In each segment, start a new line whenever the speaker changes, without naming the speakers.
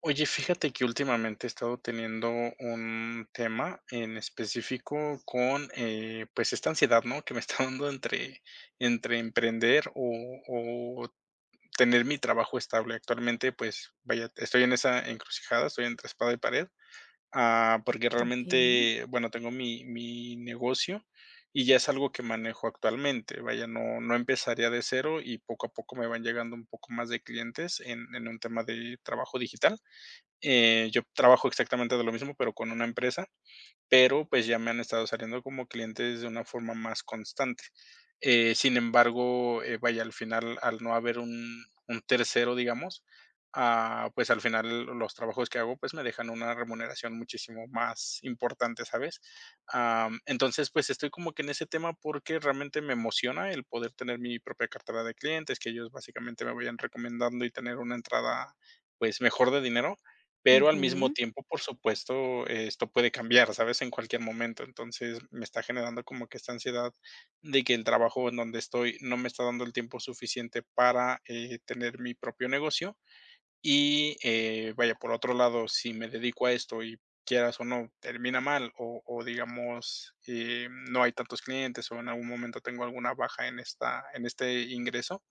Oye, fíjate que últimamente he estado teniendo un tema en específico con, pues, esta ansiedad, ¿no? Que me está dando entre emprender o tener mi trabajo estable. Actualmente, pues, vaya, estoy en esa encrucijada, estoy entre espada y pared, porque
Okey.
realmente, bueno, tengo mi negocio y ya es algo que manejo actualmente. Vaya, no empezaría de cero y poco a poco me van llegando un poco más de clientes en un tema de trabajo digital. Yo trabajo exactamente de lo mismo, pero con una empresa, pero pues ya me han estado saliendo como clientes de una forma más constante. Sin embargo, vaya, al final, al no haber un tercero, digamos, pues al final los trabajos que hago pues me dejan una remuneración muchísimo más importante, ¿sabes? Entonces, pues estoy como que en ese tema porque realmente me emociona el poder tener mi propia cartera de clientes, que ellos básicamente me vayan recomendando y tener una entrada pues mejor de dinero. Pero al mismo
Ujú,
tiempo, por supuesto, esto puede cambiar, ¿sabes? En cualquier momento. Entonces, me está generando como que esta ansiedad de que el trabajo en donde estoy no me está dando el tiempo suficiente para, tener mi propio negocio. Y, vaya, por otro lado, si me dedico a esto y quieras o no, termina mal o digamos, no hay tantos clientes o en algún momento tengo alguna baja en esta en este ingreso.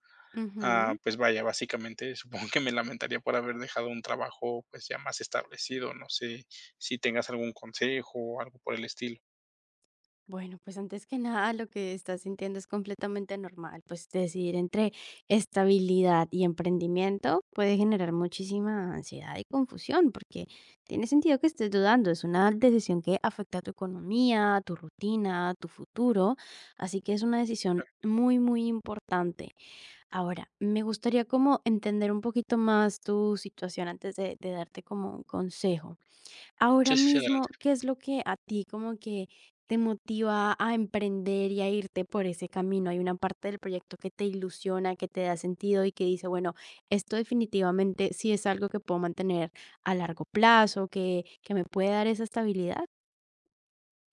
ujú.
Pues vaya, básicamente supongo que me lamentaría por haber dejado un trabajo, pues ya más establecido. No sé si tengas algún consejo o algo por el estilo.
Bueno, pues, antes que nada, lo que estás sintiendo es completamente normal, pues, decidir entre estabilidad y emprendimiento puede generar muchísima ansiedad y confusión, porque tiene sentido que estés dudando, es una decisión que afecta a tu economía, tu rutina, tu futuro, así que es una decisión
Claro.
muy, muy importante. Ahora, me gustaría como entender un poquito más tu situación antes de darte como un consejo.
Sí,
Ahora
sí, sí, adelante.
mismo, ¿qué es lo que a ti como que te motiva a emprender y a irte por ese camino? Hay una parte del proyecto que te ilusiona, que te da sentido y que dice, bueno, esto definitivamente sí es algo que puedo mantener a largo plazo, que me puede dar esa estabilidad.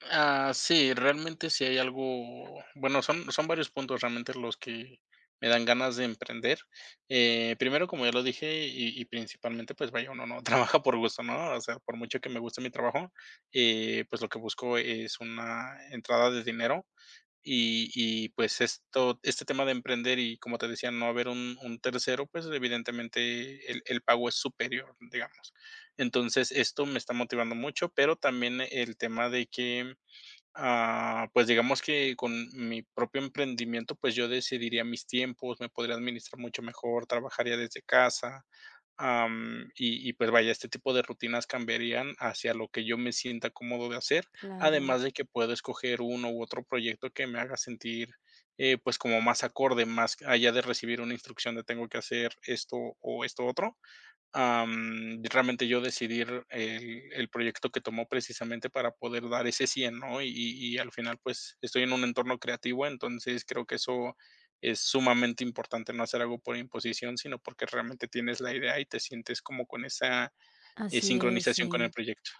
Ah, sí, realmente sí hay algo, bueno, son varios puntos realmente los que me dan ganas de emprender. Primero, como ya lo dije, y principalmente, pues vaya, uno no trabaja por gusto, ¿no? O sea, por mucho que me guste mi trabajo, pues lo que busco es una entrada de dinero. Pues, esto este tema de emprender y, como te decía, no haber un tercero, pues, evidentemente el pago es superior, digamos. Entonces, esto me está motivando mucho, pero también el tema de que... Pues digamos que con mi propio emprendimiento, pues yo decidiría mis tiempos, me podría administrar mucho mejor, trabajaría desde casa, y pues vaya, este tipo de rutinas cambiarían hacia lo que yo me sienta cómodo de hacer,
Claro,
además de que puedo escoger uno u otro proyecto que me haga sentir pues como más acorde, más allá de recibir una instrucción de tengo que hacer esto o esto otro. Realmente yo decidir el proyecto que tomó precisamente para poder dar ese 100, ¿no? Y al final, pues, estoy en un entorno creativo, entonces creo que eso es sumamente importante, no hacer algo por imposición, sino porque realmente tienes la idea y te sientes como con esa,
así es,
sincronización con el
sí.
proyecto.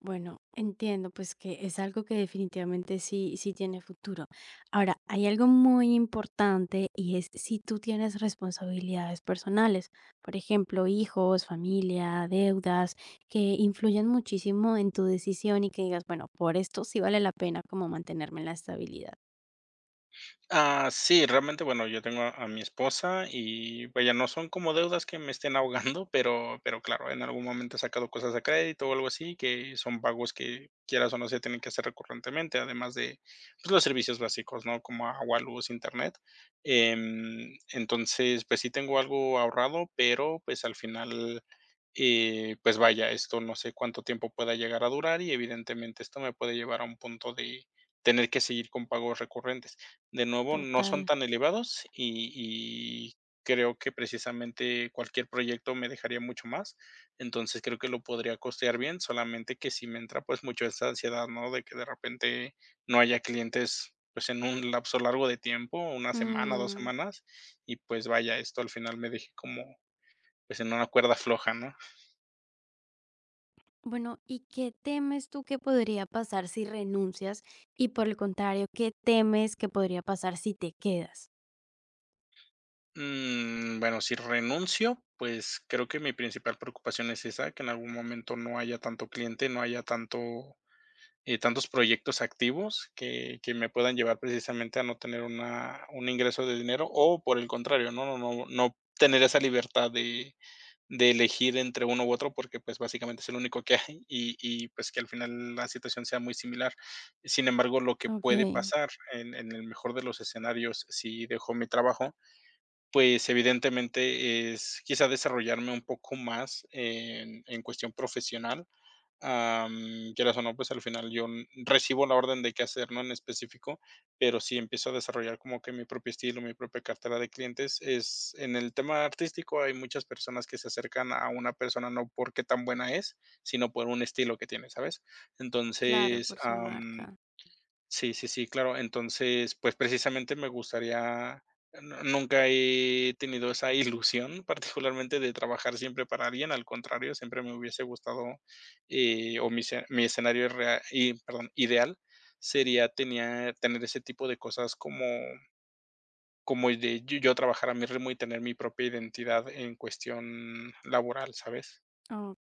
Bueno, entiendo, pues que es algo que definitivamente sí, sí tiene futuro. Ahora, hay algo muy importante y es si tú tienes responsabilidades personales, por ejemplo, hijos, familia, deudas, que influyen muchísimo en tu decisión y que digas, bueno, por esto sí vale la pena como mantenerme en la estabilidad.
Ah, sí, realmente, bueno, yo tengo a mi esposa y vaya, no son como deudas que me estén ahogando, pero claro, en algún momento he sacado cosas a crédito o algo así, que son pagos que quieras o no se tienen que hacer recurrentemente, además de pues, los servicios básicos, ¿no? Como agua, luz, internet. Entonces, pues sí tengo algo ahorrado, pero pues al final, pues vaya, esto no sé cuánto tiempo pueda llegar a durar y evidentemente esto me puede llevar a un punto de tener que seguir con pagos recurrentes. De nuevo, no son
Total.
tan elevados y creo que precisamente cualquier proyecto me dejaría mucho más. Entonces, creo que lo podría costear bien, solamente que si me entra, pues, mucho esa ansiedad, ¿no? De que de repente no haya clientes, pues, en un lapso largo de tiempo, una semana, 2
Mm,
semanas, y pues vaya, esto al final me deje como, pues, en una cuerda floja, ¿no?
bueno, ¿y qué temes tú que podría pasar si renuncias? Y por el contrario, ¿qué temes que podría pasar si te quedas?
Mm, bueno, si renuncio, pues, creo que mi principal preocupación es esa, que en algún momento no haya tanto cliente, no haya tanto... tantos proyectos activos que me puedan llevar precisamente a no tener una, un ingreso de dinero o por el contrario, no tener esa libertad de elegir entre uno u otro porque pues básicamente es el único que hay pues que al final la situación sea muy similar. Sin embargo, lo que puede
Ok.
pasar en el mejor de los escenarios si dejo mi trabajo pues, evidentemente es quizá desarrollarme un poco más en cuestión profesional, quieras o no, pues, al final yo, mm, recibo la orden de qué hacer, ¿no?, en específico, pero sí empiezo a desarrollar como que mi propio estilo, mi propia cartera de clientes. Es en el tema artístico hay muchas personas que se acercan a una persona no porque tan buena es, sino por un estilo que tiene, ¿sabes?
Claro,
Entonces,
por su marca.
sí, sí, sí, claro. Entonces, pues, precisamente me gustaría... nu nunca he tenido esa ilusión, particularmente de trabajar siempre para alguien, al contrario, siempre me hubiese gustado, o mi escenario rea y perdón, ideal sería tenía tener ese tipo de cosas como como el de yo trabajar a mi ritmo y tener mi propia identidad en cuestión laboral, ¿sabes?
Ok,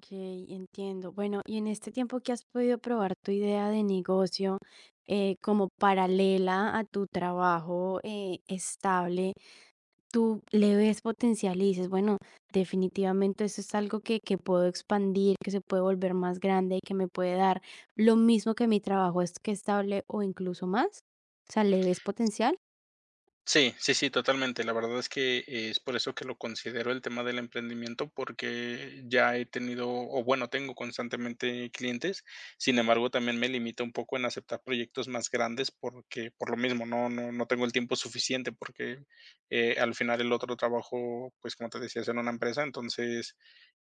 entiendo. Bueno, y en este tiempo que has podido probar tu idea de negocio como paralela a tu trabajo estable, tú le ves potencial y dices, bueno, definitivamente eso es algo que puedo expandir, que se puede volver más grande y que me puede dar lo mismo que mi trabajo es que estable o incluso más. O sea, ¿le ves potencial?
Sí, sí, sí, totalmente. La verdad es que es por eso que lo considero el tema del emprendimiento, porque ya he tenido, o bueno, tengo constantemente clientes. Sin embargo, también me limito un poco en aceptar proyectos más grandes porque por lo mismo no tengo el tiempo suficiente porque al final el otro trabajo, pues como te decía, es en una empresa, entonces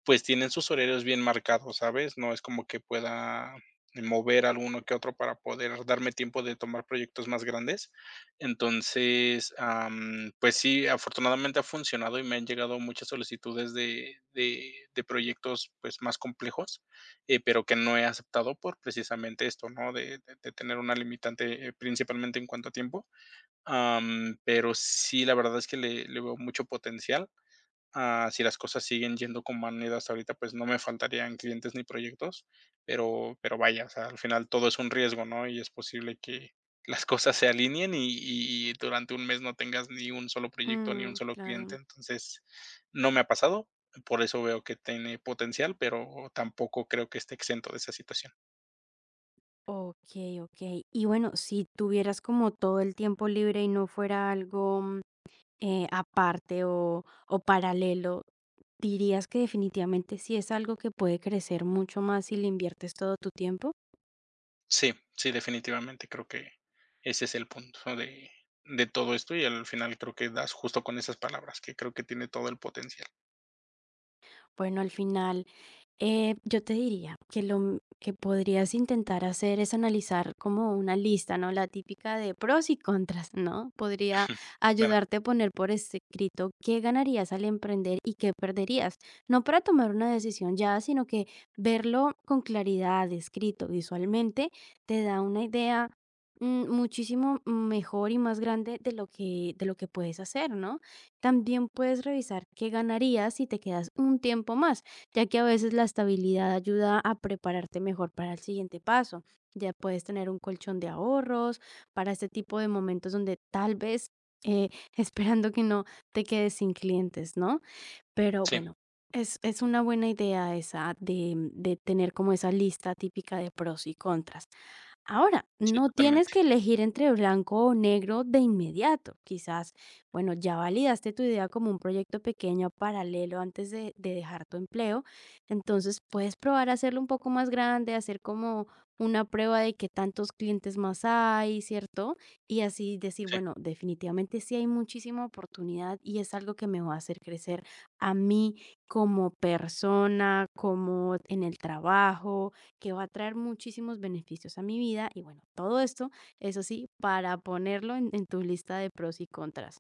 pues tienen sus horarios bien marcados, ¿sabes? No es como que pueda mover alguno que otro para poder darme tiempo de tomar proyectos más grandes. Entonces, pues sí, afortunadamente ha funcionado y me han llegado muchas solicitudes de proyectos, pues, más complejos, pero que no he aceptado por precisamente esto, ¿no? De tener una limitante, principalmente en cuanto a tiempo. Pero sí, la verdad es que le veo mucho potencial. Ah, si las cosas siguen yendo como han ido hasta ahorita, pues no me faltarían clientes ni proyectos, pero vaya, o sea, al final todo es un riesgo, ¿no? Y es posible que las cosas se alineen y durante un mes no tengas ni un solo proyecto, ni un
Mm,
solo cliente.
claro.
Entonces, no me ha pasado, por eso veo que tiene potencial, pero tampoco creo que esté exento de esa situación.
Ok, ok. Y bueno, si tuvieras como todo el tiempo libre y no fuera algo aparte o paralelo, ¿dirías que definitivamente sí es algo que puede crecer mucho más si le inviertes todo tu tiempo?
Sí, sí, definitivamente creo que ese es el punto de todo esto y al final creo que das justo con esas palabras, que creo que tiene todo el potencial.
Bueno, al final yo te diría que que podrías intentar hacer es analizar como una lista, ¿no? La típica de pros y contras, ¿no? Podría
Claro,
ayudarte a poner por escrito qué ganarías al emprender y qué perderías. No para tomar una decisión ya, sino que verlo con claridad, escrito visualmente, te da una idea muchísimo mejor y más grande de lo que puedes hacer, ¿no? También puedes revisar qué ganarías si te quedas un tiempo más ya que a veces la estabilidad ayuda a prepararte mejor para el siguiente paso. Ya puedes tener un colchón de ahorros para este tipo de momentos donde tal vez eh, esperando que no te quedes sin clientes, ¿no? Pero
sí,
bueno, es una buena idea esa de tener como esa lista típica de pros y contras. Ahora,
sí,
no tienes
totalmente,
que elegir entre blanco o negro de inmediato. Quizás, bueno, ya validaste tu idea como un proyecto pequeño paralelo antes de dejar tu empleo. Entonces, puedes probar a hacerlo un poco más grande, hacer como una prueba de qué tantos clientes más hay, ¿cierto? Y así decir,
sí.
bueno, definitivamente sí hay muchísima oportunidad y es algo que me va a hacer crecer a mí como persona, como en el trabajo que va a traer muchísimos beneficios a mi vida y bueno, todo esto, eso sí, para ponerlo en tu lista de pros y contras.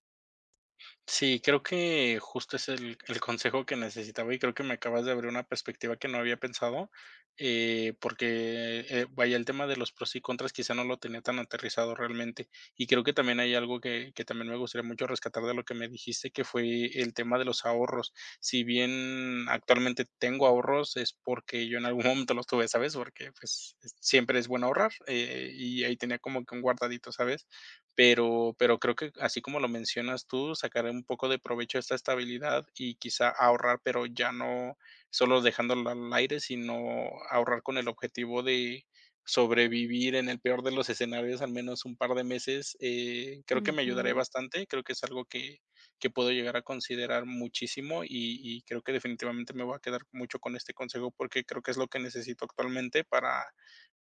Sí, creo que justo es el consejo que necesitaba y creo que me acabas de abrir una perspectiva que no había pensado, porque vaya, el tema de los pros y contras quizá no lo tenía tan aterrizado realmente. Y creo que también hay algo que también me gustaría mucho rescatar de lo que me dijiste, que fue el tema de los ahorros. Si bien actualmente tengo ahorros, es porque yo en algún momento los tuve, ¿sabes? Porque, pues, siempre es bueno ahorrar, y ahí tenía como que un guardadito, ¿sabes? Pero creo que así como lo mencionas tú, sacaré un poco de provecho a esta estabilidad y quizá ahorrar, pero ya no solo dejándolo al aire, sino ahorrar con el objetivo de sobrevivir en el peor de los escenarios al menos un par de meses, creo que me ayudaré
Ujú,
bastante, creo que es algo que puedo llegar a considerar muchísimo y creo que definitivamente me voy a quedar mucho con este consejo, porque creo que es lo que necesito actualmente para,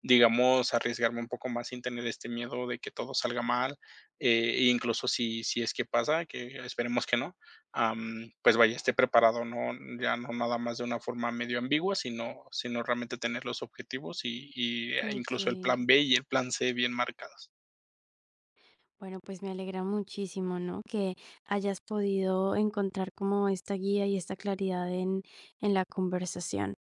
digamos, arriesgarme un poco más sin tener este miedo de que todo salga mal. E incluso si es que pasa, que esperemos que no, pues vaya, esté preparado, no, ya no nada más de una forma medio ambigua, sino realmente tener los objetivos y
ok.
incluso el plan B y el plan C bien marcados.
Bueno, pues me alegra muchísimo, ¿no? Que hayas podido encontrar como esta guía y esta claridad en la conversación.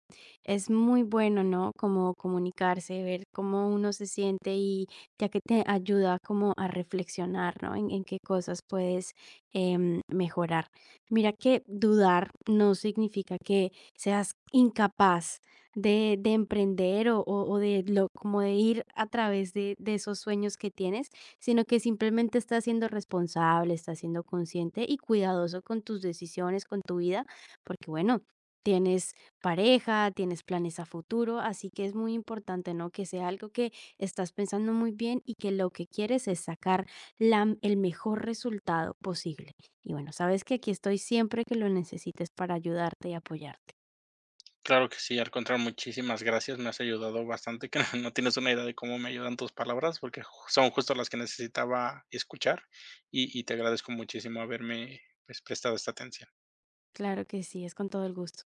Es muy bueno, ¿no? Como comunicarse, ver cómo uno se siente y ya que te ayuda como a reflexionar, ¿no? En qué cosas puedes mejorar. Mira que dudar no significa que seas incapaz de emprender o, o de lo, como de ir a través de esos sueños que tienes sino que simplemente estás siendo responsable, estás siendo consciente y cuidadoso con tus decisiones, con tu vida, porque bueno, tienes pareja, tienes planes a futuro, así que es muy importante, ¿no? Que sea algo que estás pensando muy bien y que lo que quieres es sacar el mejor resultado posible. Y bueno, sabes que aquí estoy siempre que lo necesites para ayudarte y apoyarte.
Claro que sí, al contrario, muchísimas gracias, me has ayudado bastante, que no tienes una idea de cómo me ayudan tus palabras, porque son justo las que necesitaba escuchar y te agradezco muchísimo haberme pues, prestado esta atención.
Claro que sí, es con todo el gusto.